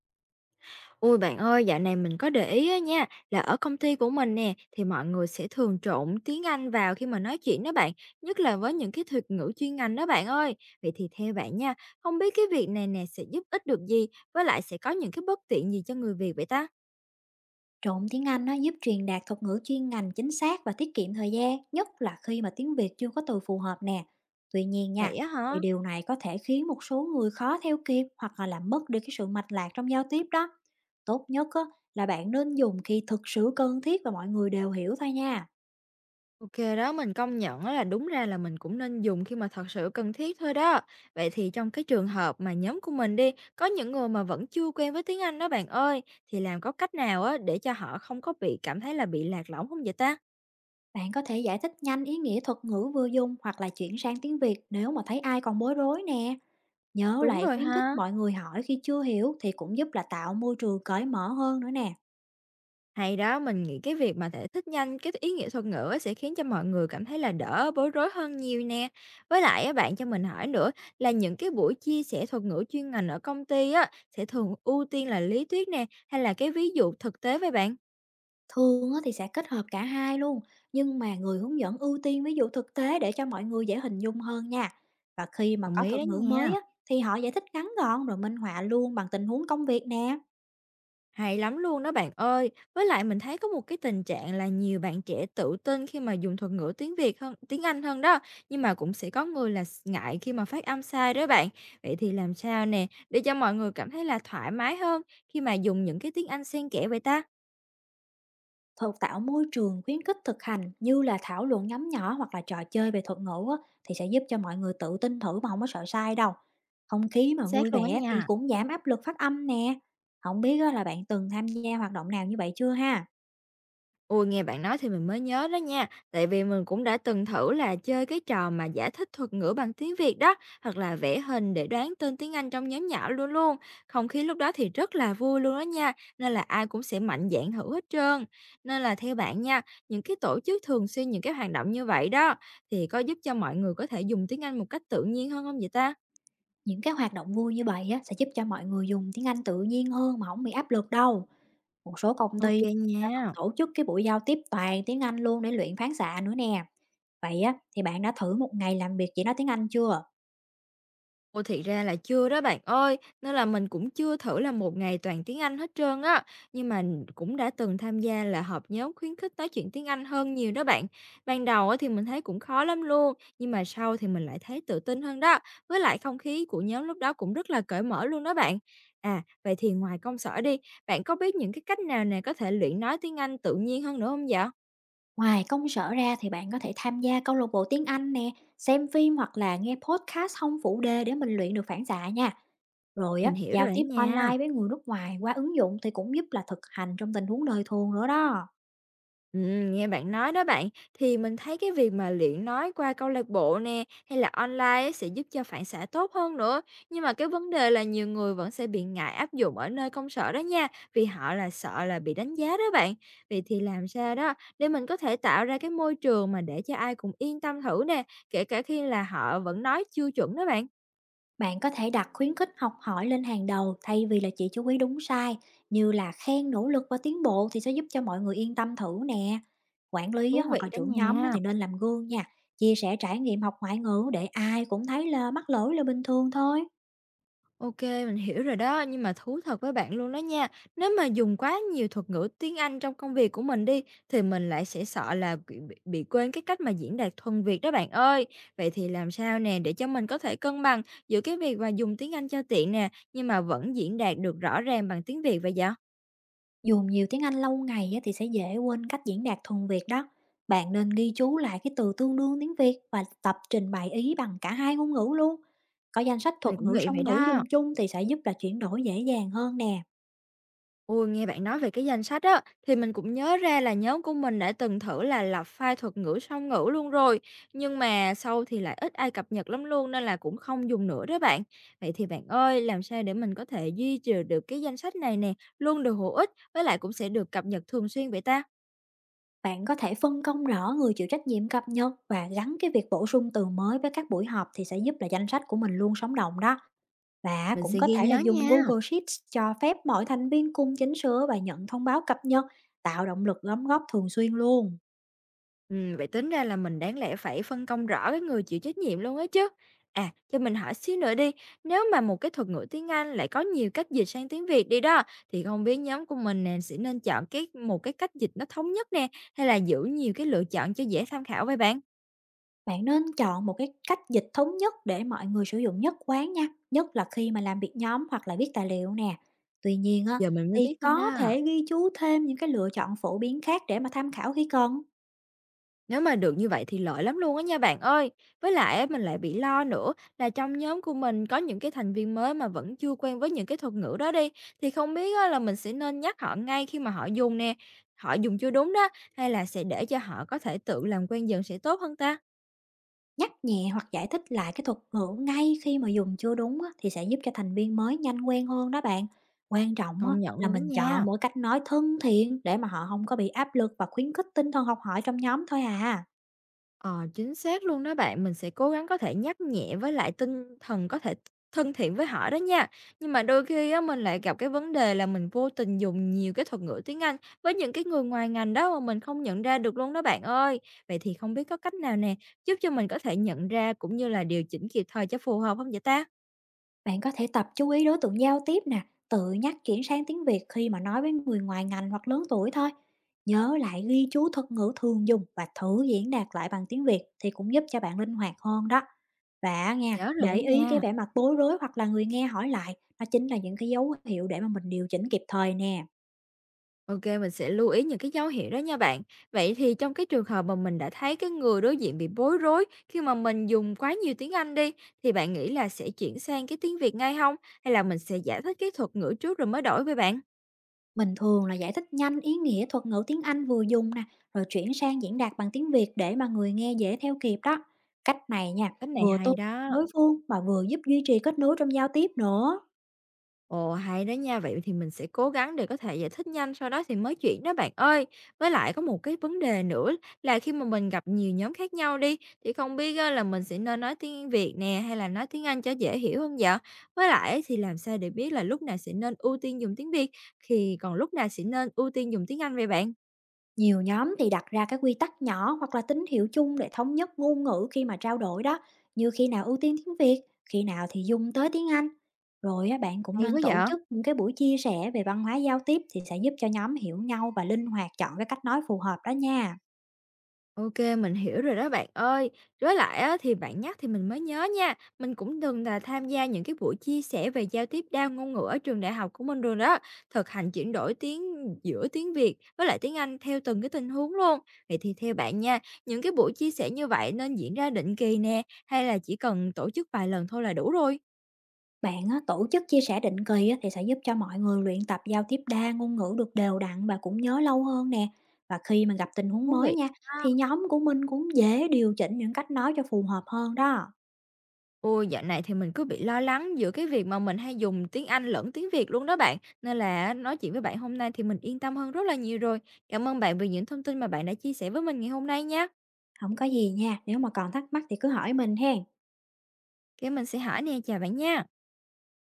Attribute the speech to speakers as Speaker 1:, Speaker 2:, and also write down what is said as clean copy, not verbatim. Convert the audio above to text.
Speaker 1: Ôi bạn ơi, dạo này mình có để ý á nha, là ở công ty của mình nè, thì mọi người sẽ thường trộn tiếng Anh vào khi mà nói chuyện đó bạn, nhất là với những cái thuật ngữ chuyên ngành đó bạn ơi. Vậy thì theo bạn nha, không biết cái việc này nè sẽ giúp ích được gì, với lại sẽ có những cái bất tiện gì cho người Việt vậy ta?
Speaker 2: Trộn tiếng Anh nó giúp truyền đạt thuật ngữ chuyên ngành chính xác và tiết kiệm thời gian, nhất là khi mà tiếng Việt chưa có từ phù hợp nè. Tuy nhiên nha,
Speaker 1: Vậy á hả?
Speaker 2: thì điều này có thể khiến một số người khó theo kịp hoặc là làm mất đi cái sự mạch lạc trong giao tiếp đó. Tốt nhất á, là bạn nên dùng khi thực sự cần thiết và mọi người đều hiểu thôi nha.
Speaker 1: OK đó, mình công nhận á là đúng ra là mình cũng nên dùng khi mà thật sự cần thiết thôi đó. Vậy thì trong cái trường hợp mà nhóm của mình đi, có những người mà vẫn chưa quen với tiếng Anh đó bạn ơi, thì làm có cách nào á để cho họ không có bị cảm thấy là bị lạc lõng không vậy ta?
Speaker 2: Bạn có thể giải thích nhanh ý nghĩa thuật ngữ vừa dùng hoặc là chuyển sang tiếng Việt nếu mà thấy ai còn bối rối nè. Nhớ
Speaker 1: Đúng
Speaker 2: lại
Speaker 1: rồi
Speaker 2: khuyến
Speaker 1: ha.
Speaker 2: khích mọi người hỏi khi chưa hiểu thì cũng giúp là tạo môi trường cởi mở hơn nữa nè.
Speaker 1: Hay đó, mình nghĩ cái việc mà thể thích nhanh cái ý nghĩa thuật ngữ á sẽ khiến cho mọi người cảm thấy là đỡ bối rối hơn nhiều nè. Với lại á bạn cho mình hỏi nữa là những cái buổi chia sẻ thuật ngữ chuyên ngành ở công ty á sẽ thường ưu tiên là lý thuyết nè hay là cái ví dụ thực tế với bạn?
Speaker 2: Thường á thì sẽ kết hợp cả hai luôn, nhưng mà người hướng dẫn ưu tiên ví dụ thực tế để cho mọi người dễ hình dung hơn nha. Và khi mà
Speaker 1: Đồng
Speaker 2: có
Speaker 1: ý đó
Speaker 2: thuật ngữ mới
Speaker 1: nha.
Speaker 2: á, thì họ giải thích ngắn gọn rồi minh họa luôn bằng tình huống công việc nè.
Speaker 1: Hay lắm luôn đó bạn ơi. Với lại mình thấy có một cái tình trạng là nhiều bạn trẻ tự tin khi mà dùng thuật ngữ tiếng Việt hơn, tiếng Anh hơn đó. Nhưng mà cũng sẽ có người là ngại khi mà phát âm sai đó bạn. Vậy thì làm sao nè để cho mọi người cảm thấy là thoải mái hơn khi mà dùng những cái tiếng Anh xen kẽ vậy ta?
Speaker 2: Thuật tạo môi trường khuyến khích thực hành như là thảo luận nhóm nhỏ hoặc là trò chơi về thuật ngữ á, thì sẽ giúp cho mọi người tự tin thử mà không có sợ sai đâu. Không khí mà
Speaker 1: Xác
Speaker 2: vui
Speaker 1: luôn đó
Speaker 2: vẻ thì
Speaker 1: nha.
Speaker 2: cũng giảm áp lực phát âm nè. Không biết á là bạn từng tham gia hoạt động nào như vậy chưa ha?
Speaker 1: Ôi, nghe bạn nói thì mình mới nhớ đó nha, tại vì mình cũng đã từng thử là chơi cái trò mà giải thích thuật ngữ bằng tiếng Việt đó, hoặc là vẽ hình để đoán tên tiếng Anh trong nhóm nhỏ luôn luôn. Không khí lúc đó thì rất là vui luôn đó nha, nên là ai cũng sẽ mạnh dạn thử hết trơn. Nên là theo bạn nha, những cái tổ chức thường xuyên những cái hoạt động như vậy đó, thì có giúp cho mọi người có thể dùng tiếng Anh một cách tự nhiên hơn không vậy ta?
Speaker 2: Những cái hoạt động vui như vậy á, sẽ giúp cho mọi người dùng tiếng Anh tự nhiên hơn mà không bị áp lực đâu. Một số công
Speaker 1: OK
Speaker 2: ty ta
Speaker 1: nha.
Speaker 2: còn tổ chức cái buổi giao tiếp toàn tiếng Anh luôn để luyện phán xạ nữa nè. Vậy á, thì bạn đã thử một ngày làm việc chỉ nói tiếng Anh chưa?
Speaker 1: Ồ, thì ra là chưa đó bạn ơi, nên là mình cũng chưa thử là một ngày toàn tiếng Anh hết trơn á, nhưng mà cũng đã từng tham gia là họp nhóm khuyến khích nói chuyện tiếng Anh hơn nhiều đó bạn. Ban đầu á thì mình thấy cũng khó lắm luôn, nhưng mà sau thì mình lại thấy tự tin hơn đó, với lại không khí của nhóm lúc đó cũng rất là cởi mở luôn đó bạn. À, vậy thì ngoài công sở đi, bạn có biết những cái cách nào nè có thể luyện nói tiếng Anh tự nhiên hơn nữa không vậy?
Speaker 2: Ngoài công sở ra thì bạn có thể tham gia câu lạc bộ tiếng Anh nè, xem phim hoặc là nghe podcast không phụ đề để mình luyện được phản xạ nha. Rồi á,
Speaker 1: Mình hiểu rồi
Speaker 2: giao
Speaker 1: đó
Speaker 2: tiếp
Speaker 1: nha.
Speaker 2: online với người nước ngoài qua ứng dụng thì cũng giúp là thực hành trong tình huống đời thường nữa đó.
Speaker 1: Nghe bạn nói đó bạn, thì mình thấy cái việc mà luyện nói qua câu lạc bộ nè, hay là online á, sẽ giúp cho phản xạ tốt hơn nữa. Nhưng mà cái vấn đề là nhiều người vẫn sẽ bị ngại áp dụng ở nơi công sở đó nha, vì họ là sợ là bị đánh giá đó bạn. Vậy thì làm sao đó để mình có thể tạo ra cái môi trường mà để cho ai cũng yên tâm thử nè, kể cả khi là họ vẫn nói chưa chuẩn đó bạn.
Speaker 2: Bạn có thể đặt khuyến khích học hỏi lên hàng đầu thay vì là chỉ chú ý đúng sai, như là khen nỗ lực và tiến bộ thì sẽ giúp cho mọi người yên tâm thử nè. Quản lý á,
Speaker 1: Thú
Speaker 2: hoặc
Speaker 1: vị
Speaker 2: là
Speaker 1: đó
Speaker 2: trưởng nhóm á
Speaker 1: nha.
Speaker 2: thì nên làm gương nha, chia sẻ trải nghiệm học ngoại ngữ để ai cũng thấy là mắc lỗi là bình thường thôi.
Speaker 1: OK, mình hiểu rồi đó, nhưng mà thú thật với bạn luôn đó nha, nếu mà dùng quá nhiều thuật ngữ tiếng Anh trong công việc của mình đi, thì mình lại sẽ sợ là bị quên cái cách mà diễn đạt thuần Việt đó bạn ơi. Vậy thì làm sao nè để cho mình có thể cân bằng giữa cái việc mà dùng tiếng Anh cho tiện nè, nhưng mà vẫn diễn đạt được rõ ràng bằng tiếng Việt vậy dạ?
Speaker 2: Dùng nhiều tiếng Anh lâu ngày á thì sẽ dễ quên cách diễn đạt thuần Việt đó. Bạn nên ghi chú lại cái từ tương đương tiếng Việt và tập trình bày ý bằng cả hai ngôn ngữ luôn. Có danh sách thuật
Speaker 1: Mình cũng
Speaker 2: ngữ
Speaker 1: nghĩ vậy
Speaker 2: song ngữ
Speaker 1: đó.
Speaker 2: dùng chung thì sẽ giúp là chuyển đổi dễ dàng hơn nè.
Speaker 1: Ôi, nghe bạn nói về cái danh sách á, thì mình cũng nhớ ra là nhóm của mình đã từng thử là lập file thuật ngữ song ngữ luôn rồi. Nhưng mà sau thì lại ít ai cập nhật lắm luôn nên là cũng không dùng nữa đó bạn. Vậy thì bạn ơi, làm sao để mình có thể duy trì được cái danh sách này nè, luôn được hữu ích với lại cũng sẽ được cập nhật thường xuyên vậy ta?
Speaker 2: Bạn có thể phân công rõ người chịu trách nhiệm cập nhật và gắn cái việc bổ sung từ mới với các buổi họp thì sẽ giúp là danh sách của mình luôn sống động đó. Và
Speaker 1: Mình
Speaker 2: cũng
Speaker 1: sẽ
Speaker 2: có
Speaker 1: ghi
Speaker 2: thể là
Speaker 1: nhớ
Speaker 2: dùng
Speaker 1: nha.
Speaker 2: Google Sheets cho phép mọi thành viên cùng chỉnh sửa và nhận thông báo cập nhật, tạo động lực đóng góp thường xuyên luôn.
Speaker 1: Vậy tính ra là mình đáng lẽ phải phân công rõ cái người chịu trách nhiệm luôn ấy chứ. À, cho mình hỏi xíu nữa đi, nếu mà một cái thuật ngữ tiếng Anh lại có nhiều cách dịch sang tiếng Việt đi đó, thì không biết nhóm của mình nè sẽ nên chọn cái một cái cách dịch nó thống nhất nè, hay là giữ nhiều cái lựa chọn cho dễ tham khảo vậy bạn?
Speaker 2: Bạn nên chọn một cái cách dịch thống nhất để mọi người sử dụng nhất quán nha, nhất là khi mà làm việc nhóm hoặc là viết tài liệu nè. Tuy nhiên á,
Speaker 1: Giờ mình mới
Speaker 2: thì
Speaker 1: biết luôn
Speaker 2: có
Speaker 1: đó.
Speaker 2: thể ghi chú thêm những cái lựa chọn phổ biến khác để mà tham khảo khi cần.
Speaker 1: Nếu mà được như vậy thì lợi lắm luôn á nha bạn ơi. Với lại á, mình lại bị lo nữa là trong nhóm của mình có những cái thành viên mới mà vẫn chưa quen với những cái thuật ngữ đó đi, thì không biết á, là mình sẽ nên nhắc họ ngay khi mà họ dùng nè, họ dùng chưa đúng đó, hay là sẽ để cho họ có thể tự làm quen dần sẽ tốt hơn ta?
Speaker 2: Nhắc nhẹ hoặc giải thích lại cái thuật ngữ ngay khi mà dùng chưa đúng á, thì sẽ giúp cho thành viên mới nhanh quen hơn đó bạn. Quan trọng á,
Speaker 1: Công nhận
Speaker 2: là
Speaker 1: luôn đó
Speaker 2: mình
Speaker 1: nha.
Speaker 2: chọn mỗi cách nói thân thiện để mà họ không có bị áp lực và khuyến khích tinh thần học hỏi trong nhóm thôi à.
Speaker 1: Ờ, chính xác luôn đó bạn, mình sẽ cố gắng có thể nhắc nhẹ với lại tinh thần có thể thân thiện với họ đó nha. Nhưng mà đôi khi á, mình lại gặp cái vấn đề là mình vô tình dùng nhiều cái thuật ngữ tiếng Anh với những cái người ngoài ngành đó mà mình không nhận ra được luôn đó bạn ơi. Vậy thì không biết có cách nào nè giúp cho mình có thể nhận ra cũng như là điều chỉnh kịp thời cho phù hợp không vậy ta?
Speaker 2: Bạn có thể tập chú ý đối tượng giao tiếp nè, tự nhắc chuyển sang tiếng Việt khi mà nói với người ngoài ngành hoặc lớn tuổi thôi. Nhớ lại ghi chú thuật ngữ thường dùng và thử diễn đạt lại bằng tiếng Việt thì cũng giúp cho bạn linh hoạt hơn đó. Và nha,
Speaker 1: Nhớ rồi
Speaker 2: để
Speaker 1: đó
Speaker 2: ý cái
Speaker 1: nha.
Speaker 2: vẻ mặt bối rối hoặc là người nghe hỏi lại, nó chính là những cái dấu hiệu để mà mình điều chỉnh kịp thời nè.
Speaker 1: OK, mình sẽ lưu ý những cái dấu hiệu đó nha bạn. Vậy thì trong cái trường hợp mà mình đã thấy cái người đối diện bị bối rối khi mà mình dùng quá nhiều tiếng Anh đi, thì bạn nghĩ là sẽ chuyển sang cái tiếng Việt ngay không? Hay là mình sẽ giải thích cái thuật ngữ trước rồi mới đổi với bạn?
Speaker 2: Mình thường là giải thích nhanh ý nghĩa thuật ngữ tiếng Anh vừa dùng nè, rồi chuyển sang diễn đạt bằng tiếng Việt để mà người nghe dễ theo kịp đó. Cách này nha,
Speaker 1: Cách này
Speaker 2: vừa
Speaker 1: hay
Speaker 2: tôn trọng
Speaker 1: đó.
Speaker 2: đối phương mà vừa giúp duy trì kết nối trong giao tiếp nữa.
Speaker 1: Ồ, hay đó nha, vậy thì mình sẽ cố gắng để có thể giải thích nhanh sau đó thì mới chuyển đó bạn ơi. Với lại có một cái vấn đề nữa là khi mà mình gặp nhiều nhóm khác nhau đi thì không biết á, là mình sẽ nên nói tiếng Việt nè hay là nói tiếng Anh cho dễ hiểu hơn dạ? Với lại thì làm sao để biết là lúc nào sẽ nên ưu tiên dùng tiếng Việt khi còn lúc nào sẽ nên ưu tiên dùng tiếng Anh vậy bạn?
Speaker 2: Nhiều nhóm thì đặt ra các quy tắc nhỏ hoặc là tín hiệu chung để thống nhất ngôn ngữ khi mà trao đổi đó, như khi nào ưu tiên tiếng Việt, khi nào thì dùng tới tiếng Anh. Rồi á, bạn cũng
Speaker 1: Hay quá
Speaker 2: nên tổ
Speaker 1: dạ.
Speaker 2: chức những cái buổi chia sẻ về văn hóa giao tiếp thì sẽ giúp cho nhóm hiểu nhau và linh hoạt chọn cái cách nói phù hợp đó nha.
Speaker 1: OK, mình hiểu rồi đó bạn ơi. Với lại á, thì bạn nhắc thì mình mới nhớ nha, mình cũng từng là tham gia những cái buổi chia sẻ về giao tiếp đa ngôn ngữ ở trường đại học của mình rồi đó, thực hành chuyển đổi tiếng giữa tiếng Việt với lại tiếng Anh theo từng cái tình huống luôn. Vậy thì theo bạn nha, những cái buổi chia sẻ như vậy nên diễn ra định kỳ nè, hay là chỉ cần tổ chức vài lần thôi là đủ rồi?
Speaker 2: Bạn á, tổ chức chia sẻ định kỳ á, thì sẽ giúp cho mọi người luyện tập giao tiếp đa ngôn ngữ được đều đặn và cũng nhớ lâu hơn nè. Và khi mà gặp tình huống
Speaker 1: Thú
Speaker 2: mới
Speaker 1: vị.
Speaker 2: nha, thì nhóm của mình cũng dễ điều chỉnh những cách nói cho phù hợp hơn đó.
Speaker 1: Ôi, dạo này thì mình cứ bị lo lắng giữa cái việc mà mình hay dùng tiếng Anh lẫn tiếng Việt luôn đó bạn. Nên là á, nói chuyện với bạn hôm nay thì mình yên tâm hơn rất là nhiều rồi. Cảm ơn bạn vì những thông tin mà bạn đã chia sẻ với mình ngày hôm nay nha.
Speaker 2: Không có gì nha, nếu mà còn thắc mắc thì cứ hỏi mình hen.
Speaker 1: Cái mình sẽ hỏi nè, chào bạn nha.